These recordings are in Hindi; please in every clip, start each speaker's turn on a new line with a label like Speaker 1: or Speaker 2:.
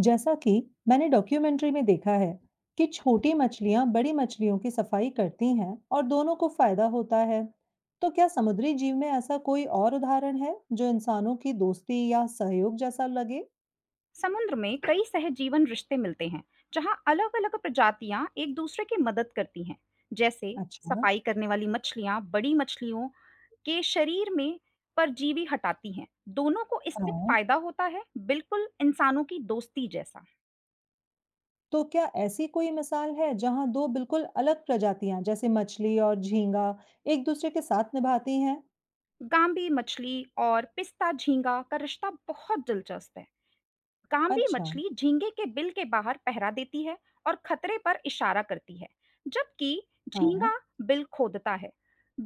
Speaker 1: जैसा कि मैंने डॉक्यूमेंट्री में देखा है कि छोटी मछलियां बड़ी मछलियों की सफाई करती हैं और दोनों को फायदा होता है। तो क्या समुद्री जीव में ऐसा कोई और उदाहरण है जो इंसानों की दोस्ती या सहयोग जैसा लगे?
Speaker 2: समुद्र में कई सहजीवन रिश्ते मिलते हैं जहां अलग अलग प्रजातियां एक दूसरे की मदद करती हैं। जैसे
Speaker 1: अच्छा।
Speaker 2: सफाई करने वाली मछलियां बड़ी मछलियों के शरीर में परजीवी हटाती हैं, दोनों को इससे
Speaker 1: हाँ।
Speaker 2: फायदा होता है, बिल्कुल इंसानों की दोस्ती जैसा।
Speaker 1: तो क्या ऐसी कोई मिसाल है जहां दो बिल्कुल अलग प्रजातियां जैसे मछली और झींगा एक दूसरे के साथ निभाती हैं?
Speaker 2: गांबी मछली और पिस्ता झींगा का रिश्ता बहुत दिलचस्प है। कांबी
Speaker 1: अच्छा।
Speaker 2: मछली झींगे के बिल के बाहर पहरा देती है और खतरे पर इशारा करती है, जबकि
Speaker 1: हाँ।
Speaker 2: झींगा बिल खोदता है।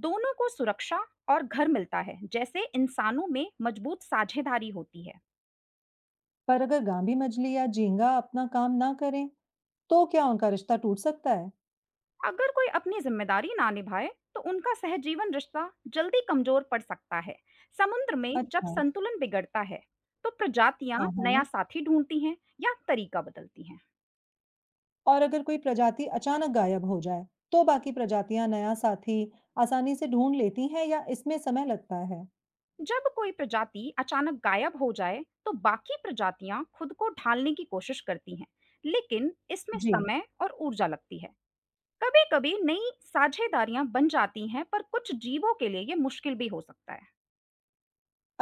Speaker 2: दोनों को सुरक्षा और घर मिलता है, जैसे इंसानों में मजबूत साझेदारी होती है।
Speaker 1: पर अगर गांभी मछली या झींगा अपना काम ना करें तो क्या उनका रिश्ता टूट सकता है?
Speaker 2: अगर कोई अपनी जिम्मेदारी ना निभाए तो उनका सहजीवन रिश्ता जल्दी कमजोर पड़ सकता है। समुद्र में जब
Speaker 1: अच्छा।
Speaker 2: संतुलन बिगड़ता है तो प्रजातियां
Speaker 1: हाँ,
Speaker 2: नया
Speaker 1: हाँ।
Speaker 2: साथी ढूंढती हैं या तरीका बदलती हैं।
Speaker 1: और अगर कोई प्रजाति अचानक गायब हो जाए, तो बाकी प्रजातियां नया साथी आसानी से ढूंढ लेती हैं या इसमें समय लगता है?
Speaker 2: जब कोई प्रजाति अचानक गायब हो जाए तो बाकी प्रजातियां खुद को ढालने की कोशिश करती हैं, लेकिन इसमें
Speaker 1: जी।
Speaker 2: समय और ऊर्जा लगती है। कभी कभी नई साझेदारियां बन जाती हैं, पर कुछ जीवों के लिए ये मुश्किल भी हो सकता है।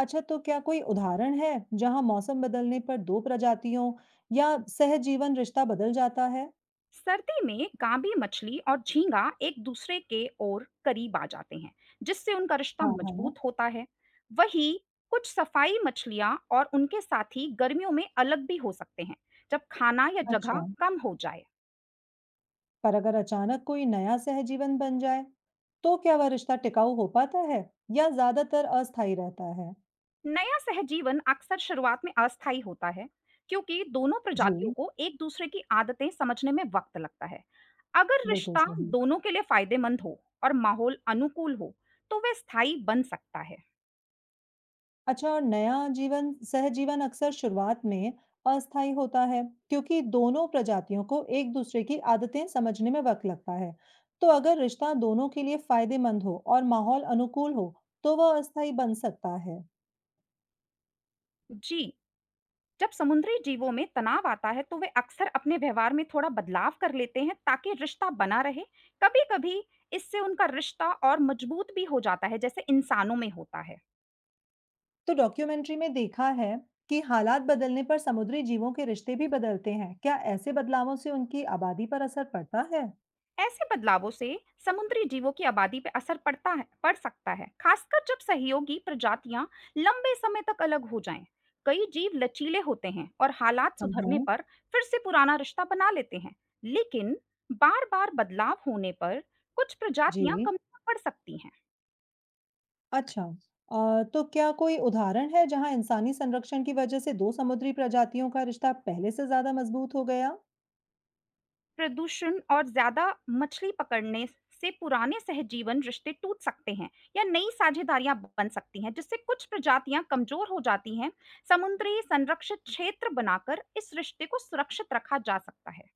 Speaker 1: अच्छा, तो क्या कोई उदाहरण है जहां मौसम बदलने पर दो प्रजातियों या सहजीवन रिश्ता बदल जाता है?
Speaker 2: सर्दी में गांबी मछली और झींगा एक दूसरे के और करीब आ जाते हैं, जिससे उनका रिश्ता
Speaker 1: हाँ, हाँ।
Speaker 2: मजबूत होता है। वहीं कुछ सफाई मछलियां और उनके साथी गर्मियों में अलग भी हो सकते हैं, जब खाना या
Speaker 1: अच्छा।
Speaker 2: जगह कम हो जाए।
Speaker 1: पर अगर अचानक कोई नया सहजीवन बन जाए, तो क्या वह रिश्ता टिकाऊ हो पाता है या ज्यादातर अस्थायी रहता है?
Speaker 2: नया सहजीवन अक्सर शुरुआत में अस्थायी होता है, क्योंकि दोनों प्रजातियों
Speaker 1: जी,
Speaker 2: को एक दूसरे की आदतें समझने में वक्त लगता है। अगर
Speaker 1: बिल्कुल
Speaker 2: रिश्ता
Speaker 1: सही।
Speaker 2: दोनों के लिए फायदेमंद हो और माहौल अनुकूल हो तो वे स्थायी बन सकता है।
Speaker 1: अच्छा। और नया जीवन सहजीवन अक्सर शुरुआत में अस्थायी होता है क्योंकि दोनों प्रजातियों को एक दूसरे की आदतें समझने में वक्त लगता है। तो अगर रिश्ता दोनों के लिए फायदेमंद हो और माहौल अनुकूल हो तो वह अस्थायी बन सकता है।
Speaker 2: जी। जब समुद्री जीवों में तनाव आता है तो वे अक्सर अपने व्यवहार में थोड़ा बदलाव कर लेते हैं, ताकि रिश्ता बना रहे। कभी कभी इससे उनका रिश्ता और मजबूत भी हो जाता है, जैसे इंसानों में होता है।
Speaker 1: तो डॉक्यूमेंट्री में देखा है कि हालात बदलने पर समुद्री जीवों के रिश्ते भी बदलते हैं। क्या ऐसे बदलावों से उनकी आबादी पर असर पड़ता है?
Speaker 2: ऐसे बदलावों से समुद्री जीवों की आबादी पर असर पड़ सकता है, खासकर जब सहयोगी प्रजातियां लंबे समय तक अलग हो जाएं। कई जीव लचीले होते हैं और हालात
Speaker 1: हाँ
Speaker 2: सुधरने
Speaker 1: हाँ।
Speaker 2: पर फिर से पुराना रिश्ता बना लेते हैं, लेकिन बार बार बदलाव होने पर कुछ
Speaker 1: जी।
Speaker 2: प्रजातियां कमजोर पड़ सकती हैं।
Speaker 1: अच्छा। तो क्या कोई उदाहरण है जहाँ इंसानी संरक्षण की वजह से 2 समुद्री प्रजातियों का रिश्ता पहले से ज़्यादा मज़बूत हो गया?
Speaker 2: प्रदूषण और ज्यादा मछली पकड़ने से पुराने सहजीवन रिश्ते टूट सकते हैं या नई साझेदारियां बन सकती हैं, जिससे कुछ प्रजातियां कमजोर हो जाती हैं। समुद्री संरक्षित क्षेत्र बनाकर इस रिश्ते को सुरक्षित रखा जा सकता है।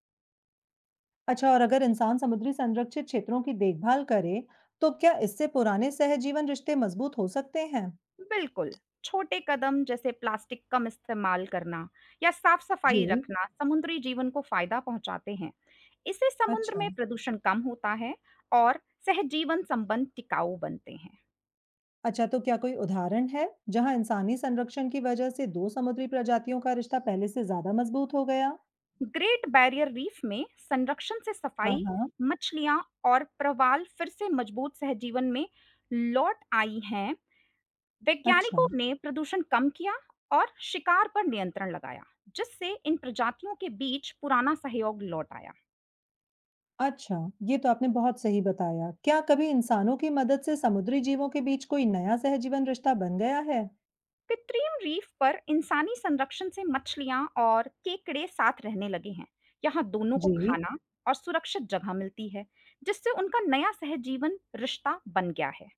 Speaker 1: अच्छा। और अगर इंसान समुद्री संरक्षित क्षेत्रों की देखभाल करे, तो क्या इससे पुराने सहजीवन रिश्ते मज़बूत हो सकते हैं?
Speaker 2: बिल्कुल। छोटे कदम जैसे प्लास्टिक कम इस्तेमाल करना या साफ
Speaker 1: जी।
Speaker 2: सफाई रखना समुद्री जीवन को फायदा पहुंचाते हैं। इससे समुद्र
Speaker 1: अच्छा।
Speaker 2: में प्रदूषण कम होता है और सहजीवन संबंध टिकाऊ बनते हैं।
Speaker 1: अच्छा, तो क्या कोई उदाहरण है जहाँ इंसानी संरक्षण की वजह से 2 समुद्री प्रजातियों का रिश्ता पहले से ज़्यादा मज़बूत हो गया?
Speaker 2: ग्रेट बैरियर रीफ में संरक्षण से
Speaker 1: हाँ,
Speaker 2: सफाई
Speaker 1: हाँ।
Speaker 2: मछलियां और प्रवाल फिर से मजबूत सहजीवन में लौट आई हैं।
Speaker 1: अच्छा।
Speaker 2: वैज्ञानिकों ने प्रदूषण कम किया और शिकार पर नियंत्रण लगाया, जिससे इन प्रजातियों के बीच पुराना सहयोग लौट आया।
Speaker 1: अच्छा, ये तो आपने बहुत सही बताया। क्या कभी इंसानों की मदद से समुद्री जीवों के बीच कोई नया सहजीवन रिश्ता बन गया है?
Speaker 2: कृत्रिम रीफ पर इंसानी संरक्षण से मछलियां और केकड़े साथ रहने लगे हैं। यहाँ दोनों को
Speaker 1: जी,
Speaker 2: खाना और सुरक्षित जगह मिलती है, जिससे उनका नया सहजीवन रिश्ता बन गया है।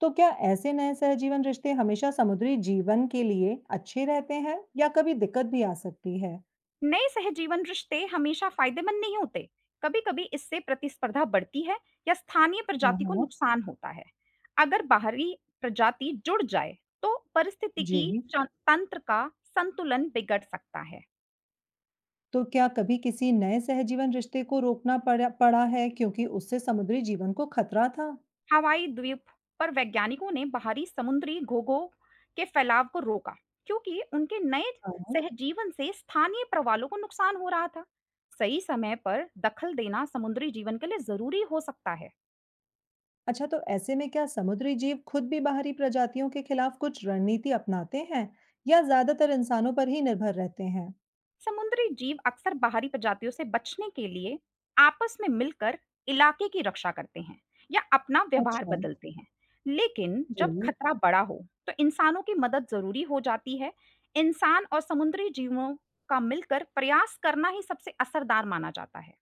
Speaker 1: तो क्या ऐसे नए सहजीवन रिश्ते हमेशा समुद्री जीवन के लिए अच्छे रहते हैं या कभी दिक्कत भी आ सकती है?
Speaker 2: नए सहजीवन रिश्ते हमेशा फायदेमंद नहीं होते। कभी-कभी इससे प्रतिस्पर्धा बढ़ती है या स्थानीय
Speaker 1: हाँ,
Speaker 2: प्रजाति को
Speaker 1: हाँ।
Speaker 2: नुकसान होता है। अगर बाहरी प्रजाति जुड़ जाए, तो पारिस्थितिकी
Speaker 1: जी,
Speaker 2: तंत्र का संतुलन बिगड़ सकता है।
Speaker 1: तो क्या कभी किसी नए सहजीवन रिश्ते को रोकना पड़ा पड़ा है क्योंकि उससे समुद्री जीवन को खतरा था?
Speaker 2: हवाई द्वीप पर वैज्ञानिकों ने बाहरी समुद्री घोंघों के फैलाव को रोका, क्योंकि उनके नए
Speaker 1: हाँ। हाँ।
Speaker 2: सहजीवन से स्थानीय प्रवालों को नुकसान हो रहा था। सही समय पर दखल देना समुद्री जीवन के लिए जरूरी हो सकता है।
Speaker 1: अच्छा, तो ऐसे में क्या समुद्री जीव खुद भी बाहरी प्रजातियों के खिलाफ कुछ रणनीति अपनाते हैं या ज्यादातर इंसानों पर ही निर्भर रहते हैं?
Speaker 2: समुद्री जीव अक्सर बाहरी प्रजातियों से बचने के लिए आपस में मिलकर इलाके की रक्षा करते हैं या अपना व्यवहार
Speaker 1: अच्छा।
Speaker 2: बदलते हैं। लेकिन जब
Speaker 1: जी।
Speaker 2: खतरा बड़ा हो तो इंसानों की मदद जरूरी हो जाती है। इंसान और समुद्री जीवों का मिलकर प्रयास करना ही सबसे असरदार माना जाता है।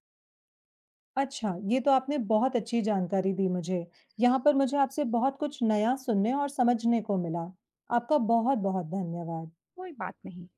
Speaker 1: अच्छा, ये तो आपने बहुत अच्छी जानकारी दी मुझे। यहाँ पर मुझे आपसे बहुत कुछ नया सुनने और समझने को मिला। आपका बहुत बहुत धन्यवाद।
Speaker 2: कोई बात नहीं।